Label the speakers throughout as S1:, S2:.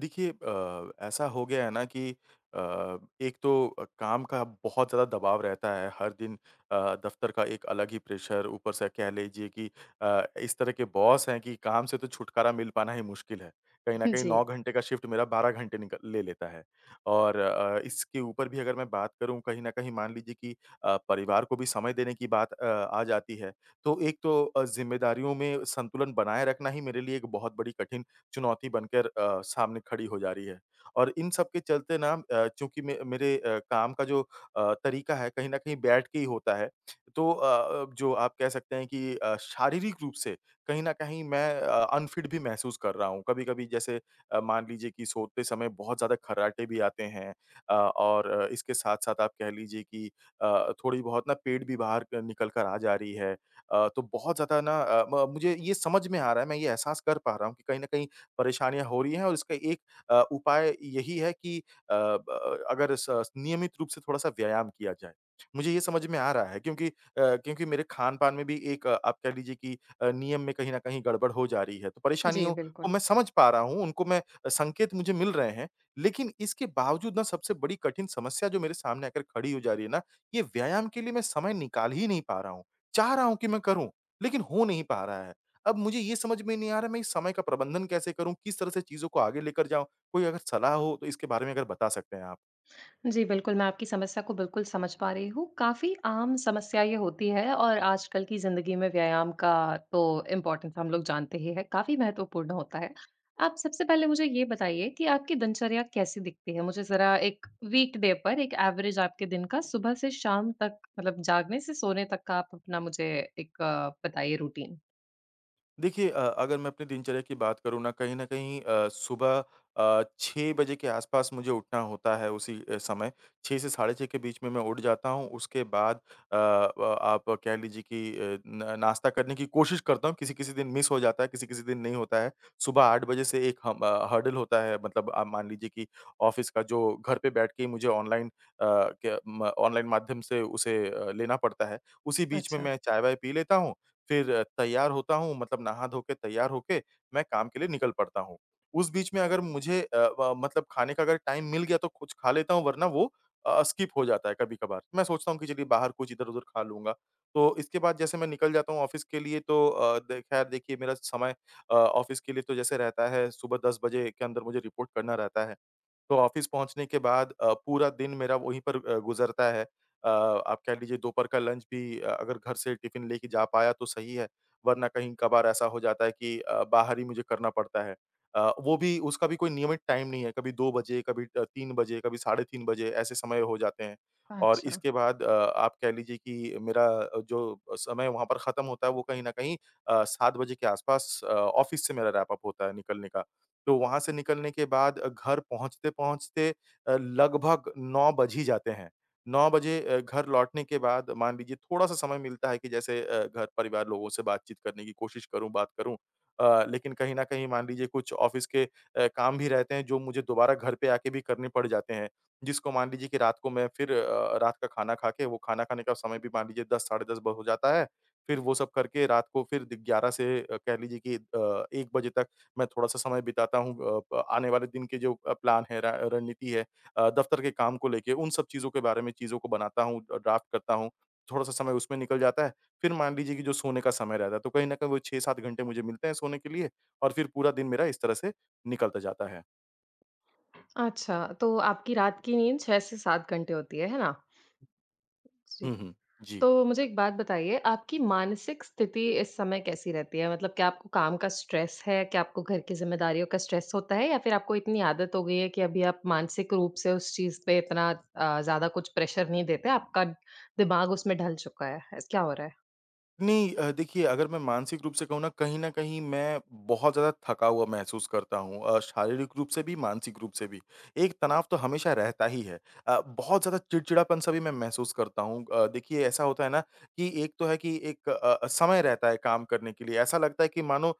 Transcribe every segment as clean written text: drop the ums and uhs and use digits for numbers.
S1: देखिए ऐसा हो गया है ना कि एक तो काम का बहुत ज़्यादा दबाव रहता है हर दिन अ, दफ्तर का एक अलग ही प्रेशर ऊपर से कह लीजिए कि इस तरह के बॉस हैं कि काम से तो छुटकारा मिल पाना ही मुश्किल है। कहीं न कहीं
S2: जी,
S1: 9 घंटे का शिफ्ट मेरा 12 घंटे निक ले लेता है और इसके ऊपर भी अगर मैं बात करूँ कहीं न कहीं मान लीजिए कि परिवार को भी समय देने की बात आ जाती है। तो एक तो ज़िम्मेदारियों में संतुलन बनाए रखना ही मेरे लिए एक बहुत बड़ी कठिन चुनौती बनकर सामने खड़ी हो जा रही है। और इन सब के चलते ना चूँकि मे मेरे काम का जो तरीका है कहीं न कहीं बैठ के ही होता है। तो जो आप कह सकते हैं कि शारीरिक रूप से कहीं न कहीं मैं अनफिट भी महसूस कर रहा हूँ। कभी-कभी जैसे मान लीजिए कि सोते समय बहुत ज़्यादा खर्राटे भी आते हैं और इसके साथ-साथ आप कह लीजिए कि थोड़ी बहुत ना पेट भी बाहर क निकल कर आ जा रही है। तो बहुत ज़्यादा ना अ, म मुझे ये समझ में आ रहा है, मैं ये एहसास कर पा रहा हूँ कि कहीं न कहीं परेशानियाँ हो रही हैं और इसका एक उपाय यही है कि अ, ब अगर स नियमित रूप से थोड़ा-सा व्यायाम किया जाए। मुझे ये समझ में आ रहा है क्योंकि अ, क्योंकि मेरे खान-पान में भी एक आप कह लीजिए कि नियम में कहीं न कहीं गड़बड़ हो जा रही है। तो
S2: जी,
S1: परेशानियों को
S2: बिल्कुल।
S1: मैं समझ पा रहा हूँ, उनको मैं संकेत मुझे मिल रहे हैं, लेकिन इसके बावजूद ना सबसे बड़ी कठिन समस्या जो मेरे सामने आकर खड़ी हो जा रही है ना, ये व्यायाम के लिए मैं समय निकाल ही नहीं पा रहा हूँ। चाह रहा हूँ कि मैं करूँ, लेकिन हो नहीं पा रहा है। अब मुझे ये समझ में नहीं आ रहा मैं इस समय का प्रबंधन कैसे करूँ? किस तरह से चीज़ों को आगे लेकर जाऊँ? कोई अगर सलाह हो तो इसके बारे में अगर बता सकते हैं आप।
S2: जी, बिल्कुल, मैं आपकी समस्या को बिल्कुल समझ पा रही हूँ। काफ़ी आम समस्या ये होती है और आजकल की ज़िंदगी में व्यायाम का तो इम्पोर्टेंस हम लोग जानते ही हैं, काफ़ी महत्वपूर्ण होता है। आप सबसे पहले मुझे ये बताइए कि आपकी दिनचर्या कैसी दिखती है? मुझे ज़रा एक वीकडे पर एक एवरेज आपके दिन का सुबह से शाम तक मतलब जागने से सोने तक का आप अपना मुझे एक बताइए रूटीन।
S1: देखिए अगर मैं अपनी दिनचर्या की बात करूँ ना कहीं न कहीं सुबह 6 बजे के आसपास मुझे उठना होता है उसी समय 6 से साढ़े 6 के बीच में मैं उठ जाता हूँ। उसके बाद अ, ब आप कह लीजिए कि अ, न नाश्ता करने की कोशिश करता हूँ, किसी-किसी दिन मिस हो जाता है, किसी-किसी दिन नहीं होता है। सुबह 8 बजे से एक हर्डल होता है मतलब आप मान लीजिए कि ऑफ़िस का जो घर पे बैठ के ही मुझे ऑनलाइन माध्यम से उसे लेना पड़ता है। उसी बीच में
S2: अच्छा,
S1: मैं चाय-वाय पी लेता हूँ फिर तैयार होता हूँ मतलब नहा धो के तैयार होके मैं काम के लिए निकल पड़ता हूँ। उस बीच में अगर मुझे अ, व मतलब खाने का अगर टाइम मिल गया तो कुछ खा लेता हूँ वरना वो स्किप हो जाता है कभी-कभार। मैं सोचता हूँ कि चलिए बाहर कुछ इधर-उधर खा लूँगा। तो इसके बाद जैसे मैं निकल जाता हूँ ऑफ़िस के लिए तो अ, द ख़ैर देखिए मेरा समय ऑफ़िस के लिए तो जैसे रहता है सुबह 10 बजे के अंदर मुझे रिपोर्ट करना रहता है। तो ऑफ़िस पहुँचने के बाद पूरा दिन मेरा वहीं पर गुज़रता है। आप कह लीजिए दोपहर का लंच भी अगर घर से टिफ़िन लेके जा पाया तो सही है, वरना कहीं-कभार ऐसा हो जाता है कि बाहर ही मुझे करना पड़ता है। वो भी उसका भी कोई नियमित टाइम नहीं है, कभी 2 बजे, कभी 3 बजे, कभी साढ़े 3 बजे ऐसे समय हो जाते हैं। और
S2: अच्छा,
S1: इसके बाद आप कह लीजिए कि मेरा जो समय वहाँ पर ख़त्म होता है वो कहीं न कहीं 7 बजे के आस-पास ऑफ़िस से मेरा रैप अप होता है निकलने का। तो वहाँ से निकलने के बाद घर पहुँचते-पहुँचते लगभग 9 बज ही जाते हैं। 9 बजे घर लौटने के बाद मान लीजिए थोड़ा-सा समय मिलता है कि जैसे घर परिवार लोगों से बातचीत करने की कोशिश करूँ, बात करूँ। लेकिन कहीं न कहीं मान लीजिए कुछ ऑफ़िस के काम भी रहते हैं जो मुझे दोबारा घर पे आके भी करने पड़ जाते हैं। जिसको मान लीजिए कि रात को मैं फिर रात का खाना खा के वो खाना खाने का समय भी मान लीजिए 10 साढ़े 10 ब हो जाता है। फिर वो सब करके रात को फिर द 11 से कह लीजिए कि 1 बजे तक मैं थोड़ा-सा समय बिताता हूँ अ, प आने वाले दिन के जो प्लान है, रा रणनीति है दफ्तर के काम को लेके, उन सब चीज़ों के बारे में चीज़ों को बनाता हूँ, ड्राफ्ट करता हूँ। थोड़ा-सा समय उसमें निकल जाता है। फिर मान लीजिए कि जो सोने का समय रहता है, तो कहीं न कहीं वो 6-7 घंटे मुझे मिलते हैं सोने के लिए और फिर पूरा दिन मेरा इस तरह से निकलता जाता है।
S2: अच्छा। तो आपकी रात की नींद 6 से 7 घंटे होती है ना? जी।
S1: हुँ, हुँ। जी।
S2: तो मुझे एक बात बताइए, आपकी मानसिक स्थिति इस समय कैसी रहती है? मतलब क्या आपको काम का स्ट्रेस है? क्या आपको घर की ज़िम्मेदारियों का स्ट्रेस होता है? या फिर आपको इतनी आदत हो गई है कि अभी आप मानसिक रूप से उस चीज़ पे इतना ज़्यादा कुछ प्रेशर नहीं देते, आपका दिमाग उसमें ढल चुका है? ऐस क्या हो रहा है?
S1: नहीं देखिए अगर मैं मानसिक रूप से कहूँ ना कहीं न कहीं मैं बहुत ज़्यादा थका हुआ महसूस करता हूँ शारीरिक रूप से भी, मानसिक रूप से भी। एक तनाव तो हमेशा रहता ही है। बहुत ज़्यादा चिड़चिड़ापन-सा भी मैं महसूस करता हूँ। देखिए ऐसा होता है ना कि एक तो है कि एक समय रहता है काम करने के लिए। ऐसा लगता है कि मानो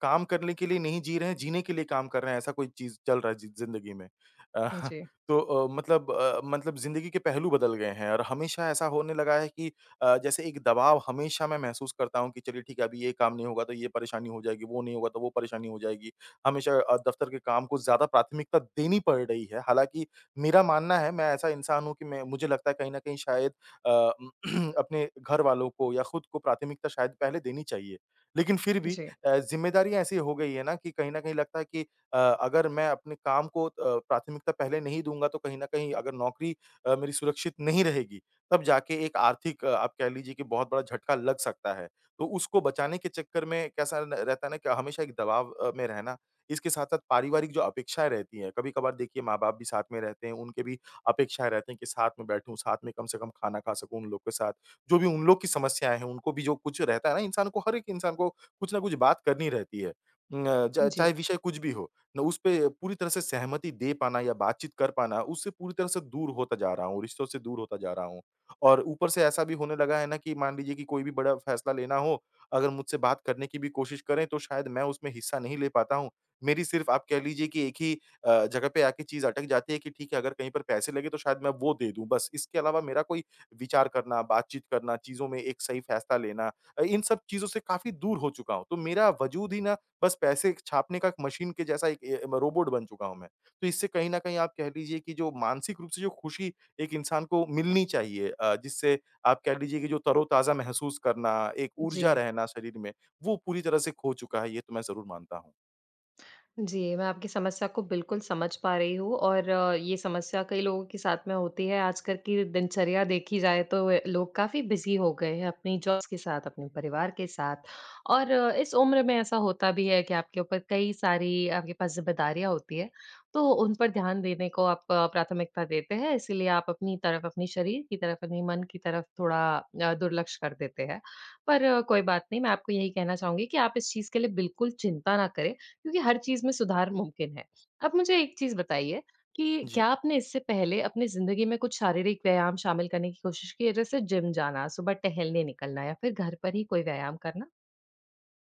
S1: काम करने के लिए नहीं जी रहे हैं, जीने के लिए काम कर रहे हैं ऐसा कोई चीज़ चल रहा है जी ज़िंदगी में। अ,
S2: जी,
S1: तो मतलब ज़िंदगी के पहलू बदल गए हैं और हमेशा ऐसा होने लगा है कि जैसे एक दबाव हमेशा मैं महसूस करता हूँ कि चलिए ठीक है अभी ये काम नहीं होगा तो ये परेशानी हो जाएगी, वो नहीं होगा तो वो परेशानी हो जाएगी। हमेशा दफ्तर के काम को ज़्यादा प्राथमिकता देनी पड़ रही है। हालाँकि मेरा मानना है मैं ऐसा इंसान हूँ कि मैं मुझे लगता है कहीं न कहीं शायद अ, अपने घरवालों को या खुद को प्राथमिकता शायद पहले देनी चाहिए। लेकिन फिर भी
S2: जी,
S1: ज़िम्मेदारियाँ ऐसी हो गई है ना कि कहीं न कहीं लगता है कि अगर मैं अपने काम को प्राथमिकता पहले नहीं दूँगा तो कहीं न कहीं अगर नौकरी मेरी सुरक्षित नहीं रहेगी तब जाके एक आर्थिक आप कह लीजिए कि बहुत बड़ा झटका लग सकता है। तो उसको बचाने के चक्कर में कैसा न रहता है ना कि हमेशा एक दबाव में रहना, इसके साथ-साथ पारिवारिक जो अपेक्षाएँ रहती हैं, कभी-कभार देखिए माँ-बाप भी साथ में रहते हैं, उनके भी अपेक्षाएँ रहती हैं कि साथ में बैठूँ, साथ में कम से कम खाना खा सकूँ उन लोग के साथ। जो भी उन लोग की समस्याएँ हैं, उनको भी जो कुछ रहता है ना इंसान को हर एक इंसान को कुछ न कुछ बात करनी रहती है। न च चाहे
S2: जी,
S1: विषय कुछ भी हो, न उस पे पूरी तरह से सहमति दे पाना या बातचीत कर पाना, उससे पूरी तरह से दूर होता जा रहा हूँ, रिश्तों से दूर होता जा रहा हूँ। और ऊपर से ऐसा भी होने लगा है ना कि मान लीजिए कि कोई भी बड़ा फैसला लेना हो, अगर मुझसे बात करने की भी कोशिश करें तो शायद मैं उसमें हिस्सा नहीं ले पाता हूँ। मेरी सिर्फ़ आप कह लीजिए कि एक ही जगह पे आके चीज़ अटक जाती है कि ठीक है अगर कहीं पर पैसे लगे तो शायद मैं वो दे दूँ बस। इसके अलावा मेरा कोई विचार करना, बातचीत करना, चीज़ों में एक सही फैसला लेना इन सब चीज़ों से काफ़ी दूर हो चुका हूँ। तो मेरा वजूद ही ना बस पैसे छापने का एक मशीन के जैसा एक रोबोट बन चुका हूँ मैं। तो इससे कहीं न कहीं आप कह लीजिए कि जो मानसिक रूप से जो खुशी एक इंसान को मिलनी चाहिए जिससे आप कह लीजिए कि जो तरोताज़ा महसूस करना, एक
S2: जी।
S1: ऊर्जा रहना शरीर में, वो पूरी तरह से खो चुका है, ये तो मैं ज़रूर मानता हूँ।
S2: जी, मैं आपकी समस्या को बिल्कुल समझ पा रही हूँ और ये समस्या कई लोगों के साथ में होती है। आजकल की दिनचर्या देखी जाए तो लोग काफ़ी बिज़ी हो गए हैं अपनी जॉब्स के साथ, अपने परिवार के साथ और इस उम्र में ऐसा होता भी है कि आपके ऊपर कई सारी आपके पास ज़िम्मेदारियाँ होती हैं। तो उन पर ध्यान देने को आप प्राथमिकता देते हैं, इसीलिए आप अपनी तरफ, अपने शरीर की तरफ, अपने मन की तरफ थोड़ा दुर्लक्ष कर देते हैं। पर कोई बात नहीं, मैं आपको यही कहना चाहूँगी कि आप इस चीज़ के लिए बिल्कुल चिंता ना करें। क्योंकि हर चीज़ में सुधार मुमकिन है। आप मुझे एक चीज़ बताइए कि
S1: जी।
S2: क्या आपने इससे पहले अपनी ज़िंदगी में कुछ शारीरिक व्यायाम शामिल करने की कोशिश की है? जैसे जिम जाना, सुबह टहलने निकलना या फिर घर पर ही कोई व्यायाम करना?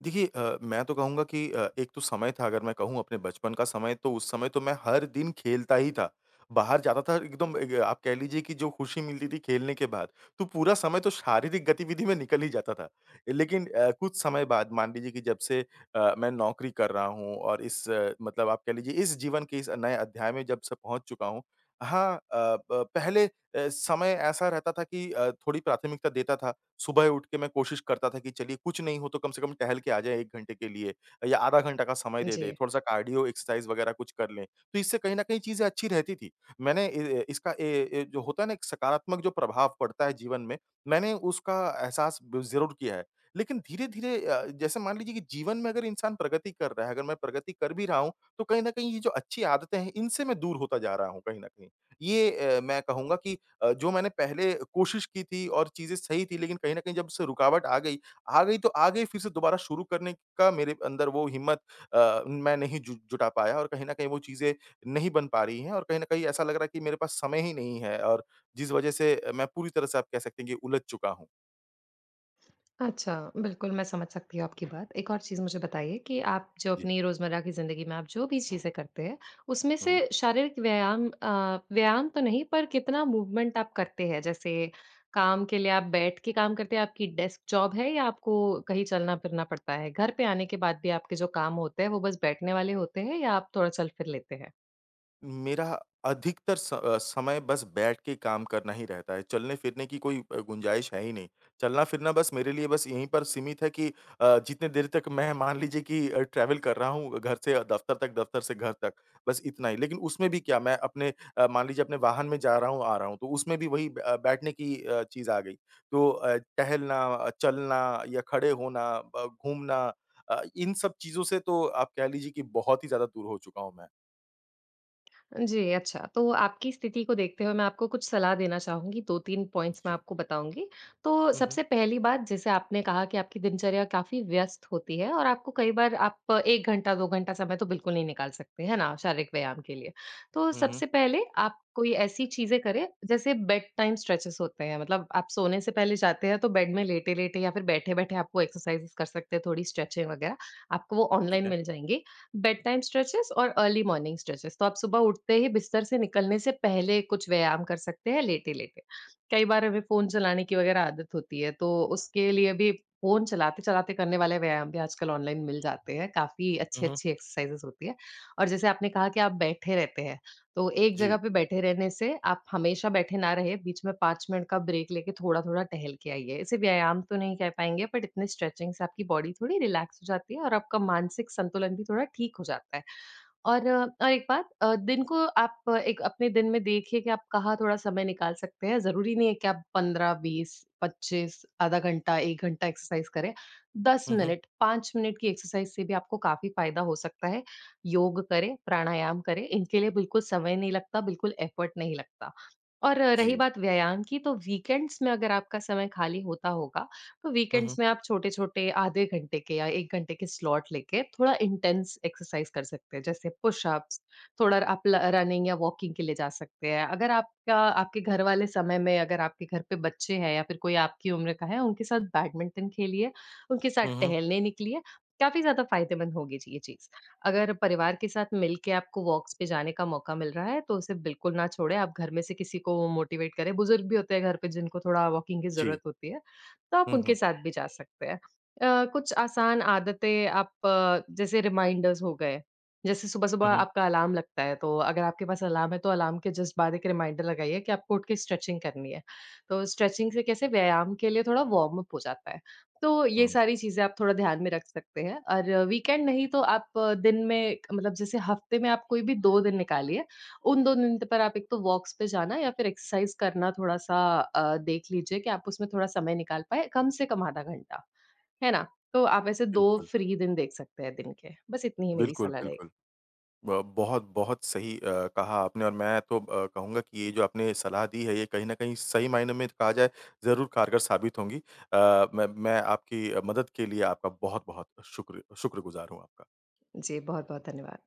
S1: देखिए मैं तो कहूँगा कि एक तो समय था अगर मैं कहूँ अपने बचपन का समय तो उस समय तो मैं हर दिन खेलता ही था। बाहर जाता था एकदम एक आप कह लीजिए कि जो खुशी मिलती थी खेलने के बाद, तो पूरा समय तो शारीरिक गतिविधि में निकल ही जाता था। लेकिन कुछ समय बाद मान लीजिए कि जब से मैं नौकरी कर रहा हूँ और इस मतलब आप कह लीजिए इस जीवन के इस नए अध्याय में जब से पहुँच चुका हूँ। हाँ अ, ब पहले समय ऐसा रहता था कि थोड़ी प्राथमिकता देता था। सुबह उठ के मैं कोशिश करता था कि चलिए कुछ नहीं हो तो कम से कम टहल के आ जाए 1 घंटे के लिए या आधा घंटा का समय दे दें,
S2: जी।
S1: थोड़ा-सा कार्डियो एक्सरसाइज़ वगैरह कुछ कर लें। तो इससे कहीं न कहीं चीज़ें अच्छी रहती थी। मैंने इ इसका ए ए जो होता है ना एक सकारात्मक जो प्रभाव पड़ता है जीवन में, मैंने उसका एहसास ब ज़रूर किया है। लेकिन धीरे-धीरे जैसे मान लीजिए कि जीवन में अगर इंसान प्रगति कर रहा है, अगर मैं प्रगति कर भी रहा हूँ, तो कहीं न कहीं ये जो अच्छी आदतें हैं इनसे मैं दूर होता जा रहा हूँ कहीं न कहीं। ये मैं कहूँगा कि जो मैंने पहले कोशिश की थी और चीज़ें सही थी, लेकिन कहीं न कहीं जब से रुकावट आ गई तो आ गई फिर से दोबारा शुरू करने का मेरे अंदर वो हिम्मत मैं नहीं जु जुटा पाया और कहीं न कहीं वो चीज़ें नहीं बन पा रही हैं और कहीं न कहीं ऐसा लग रहा है कि मेरे पास समय ही नहीं है और जिस वज़ह से मैं पूरी तरह से आप कह सकते हैं कि उलझ चुका हूँ।
S2: अच्छा, बिल्कुल मैं समझ सकती हूँ आपकी बात। एक और चीज़ मुझे बताइए कि आप जो
S1: जी।
S2: अपनी रोज़मर्रा की ज़िंदगी में आप जो भी चीज़ें करते हैं, उसमें से
S1: हम्म।
S2: शारीरिक व्यायाम व्यायाम तो नहीं पर कितना मूवमेंट आप करते हैं? जैसे काम के लिए आप बैठ के काम करते हैं, आपकी डेस्क जॉब है या आपको कहीं चलना-फिरना पड़ता है? घर पे आने के बाद भी आपके जो काम होते हैं, वो बस बैठने वाले होते हैं या आप थोड़ा चल-फिर लेते हैं?
S1: मेरा अधिकतर समय बस बैठ के काम करना ही रहता है, चलने-फिरने की कोई गुंजाइश है ही नहीं। चलना-फिरना बस मेरे लिए बस यहीं पर सीमित है कि जितने देर तक मैं मान लीजिए कि ट्रैवल कर रहा हूँ घर से दफ्तर तक, दफ्तर से घर तक, बस इतना ही। लेकिन उसमें भी क्या मैं अपने मान लीजिए अपने वाहन में जा रहा हूँ, आ रहा हूँ, तो उसमें भी वही बैठने की चीज़ आ गई। तो टहलना चलना या खड़े होना, ब घूमना इन सब चीज़ों से तो आप कह लीजिए कि बहुत ही ज़्यादा दूर हो चुका हूँ मैं।
S2: जी, अच्छा। तो आपकी स्थिति को देखते हुए मैं आपको कुछ सलाह देना चाहूँगी, 2-3 पॉइंट्स मैं आपको बताऊँगी। तो
S1: जी।
S2: सबसे पहली बात जैसे आपने कहा कि आपकी दिनचर्या काफ़ी व्यस्त होती है और आपको कई बार आप 1 घंटा, 2 घंटा समय तो बिल्कुल नहीं निकाल सकते, है ना? शारीरिक व्यायाम के लिए। तो
S1: हुँ, हुँ।
S2: सबसे पहले आप कोई ऐसी चीज़ें करें जैसे बेड टाइम स्ट्रेचेज़ होते हैं, मतलब आप सोने से पहले जाते हैं तो बेड में लेटे-लेटे या फिर बैठे-बैठे आपको एक्सरसाइज़ कर सकते हैं, थोड़ी स्ट्रेचिंग वगैरह। आपको वो
S1: ठीक
S2: ऑनलाइन
S1: है।
S2: मिल जाएँगी। बेड टाइम स्ट्रेचेज़ और अर्ली मॉर्निंग स्ट्रेचेज़। तो आप सुबह उठते ही बिस्तर से निकलने से पहले कुछ व्यायाम कर सकते हैं लेटे-लेटे। कई बार हमें फ़ोन चलाने की वग़ैरह आदत होती है, तो उसके लिए भी फ़ोन चलाते-चलाते करने वाले व्यायाम भी आजकल ऑनलाइन मिल जाते हैं। काफ़ी
S1: हुँ, हुँ।
S2: अच्छी-अच्छी एक्सरसाइज़ेज़ होती है। और जैसे आपने कहा कि आप बैठे रहते हैं, तो एक जगह
S1: जी।
S2: पे बैठे रहने से आप हमेशा बैठे ना रहे, बीच में 5 मिनट का ब्रेक लेके थोड़ा-थोड़ा टहल के आइए। इसे व्यायाम तो नहीं कह पाएँगे बट इतने स्ट्रेचिंग से आपकी बॉडी थोड़ी रिलैक्स हो जाती है और आपका मानसिक संतुलन भी थोड़ा ठीक हो जाता है। और और एक बात दिन को आप एक अपने दिन में देखिए कि आप कहाँ थोड़ा समय निकाल सकते हैं। ज़रूरी नहीं है कि आप 15, 20, 25 आधा घंटा, 1 घंटा एक्सरसाइज़ करें। 10
S1: हुँ, हुँ।
S2: मिनट, 5 मिनट की एक्सरसाइज़ से भी आपको काफ़ी फ़ायदा हो सकता है। योग करें, प्राणायाम करें, इनके लिए बिल्कुल समय नहीं लगता, बिल्कुल एफ़र्ट नहीं लगता। और रही
S1: जी।
S2: बात व्यायाम की, तो वीकेंड्स में अगर आपका समय खाली होता होगा तो
S1: हुँ, हुँ।
S2: वीकेंड्स में आप छोटे-छोटे आधे घंटे के या 1 घंटे के स्लॉट लेके थोड़ा इंटेंस एक्सरसाइज कर सकते हैं। जैसे पुशअप्स, थोड़ा आप ल रनिंग या वॉकिंग के लिए जा सकते हैं। अगर आपका आपके घर वाले समय में अगर आपके घर पे बच्चे हैं या फिर कोई आपकी उम्र का है, उनके साथ बैडमिंटन खेलिए, उनके साथ
S1: हुँ, हुँ।
S2: टहलने निकलिए। काफ़ी ज़्यादा फ़ायदेमंद होगी ये चीज़। अगर परिवार के साथ मिलके आपको वॉक्स पे जाने का मौका मिल रहा है, तो उसे बिल्कुल ना छोड़ें। आप घर में से किसी को मोटिवेट करें। बुज़ुर्ग भी होते हैं घर पे जिनको थोड़ा वॉकिंग की
S1: जी।
S2: ज़रूरत होती है। तो आप
S1: हुँ,
S2: उनके
S1: हुँ।
S2: साथ भी जा सकते हैं। कुछ आसान आदतें आप जैसे रिमाइंडर्स हो गए, जैसे सुबह-सुबह
S1: हुँ, हुँ।
S2: आपका अलार्म लगता है, तो अगर आपके पास अलार्म है, तो अलार्म के जस्ट बाद एक रिमाइंडर लगाइए कि आपको उठ के स्ट्रेचिंग करनी है। तो स्ट्रेचिंग से कैसे व्यायाम के लिए थोड़ा वार्म अप हो जाता है। तो ये
S1: हुँ।
S2: सारी चीज़ें आप थोड़ा ध्यान में रख सकते हैं और वीकेंड नहीं तो आप दिन में मतलब जैसे हफ्ते में आप कोई भी 2 दिन निकालिए उन 2 दिन पर आप एक तो वॉक्स पे जाना या फिर एक्सरसाइज़ करना थोड़ा-सा देख लीजिए कि आप उसमें थोड़ा समय निकाल पाएँ, कम से कम आधा घंटा, है ना? तो आप ऐसे 2
S1: बिल्कुल,
S2: फ्री दिन देख सकते हैं दिन के। बस इतनी ही मेरी
S1: बिल्कुल,
S2: सलाह रहेगी।
S1: बिल्कुल। ब बहुत, बहुत सही कहा आपने और मैं तो कहूँगा कि ये जो आपने सलाह दी है, ये कहीं न कहीं सही मायनों में कहा जाए ज़रूर कारगर साबित होंगी। मैं आपकी मदद के लिए आपका बहुत-बहुत शुक्रगुज़ार हूँ आपका।
S2: जी, बहुत-बहुत धन्यवाद।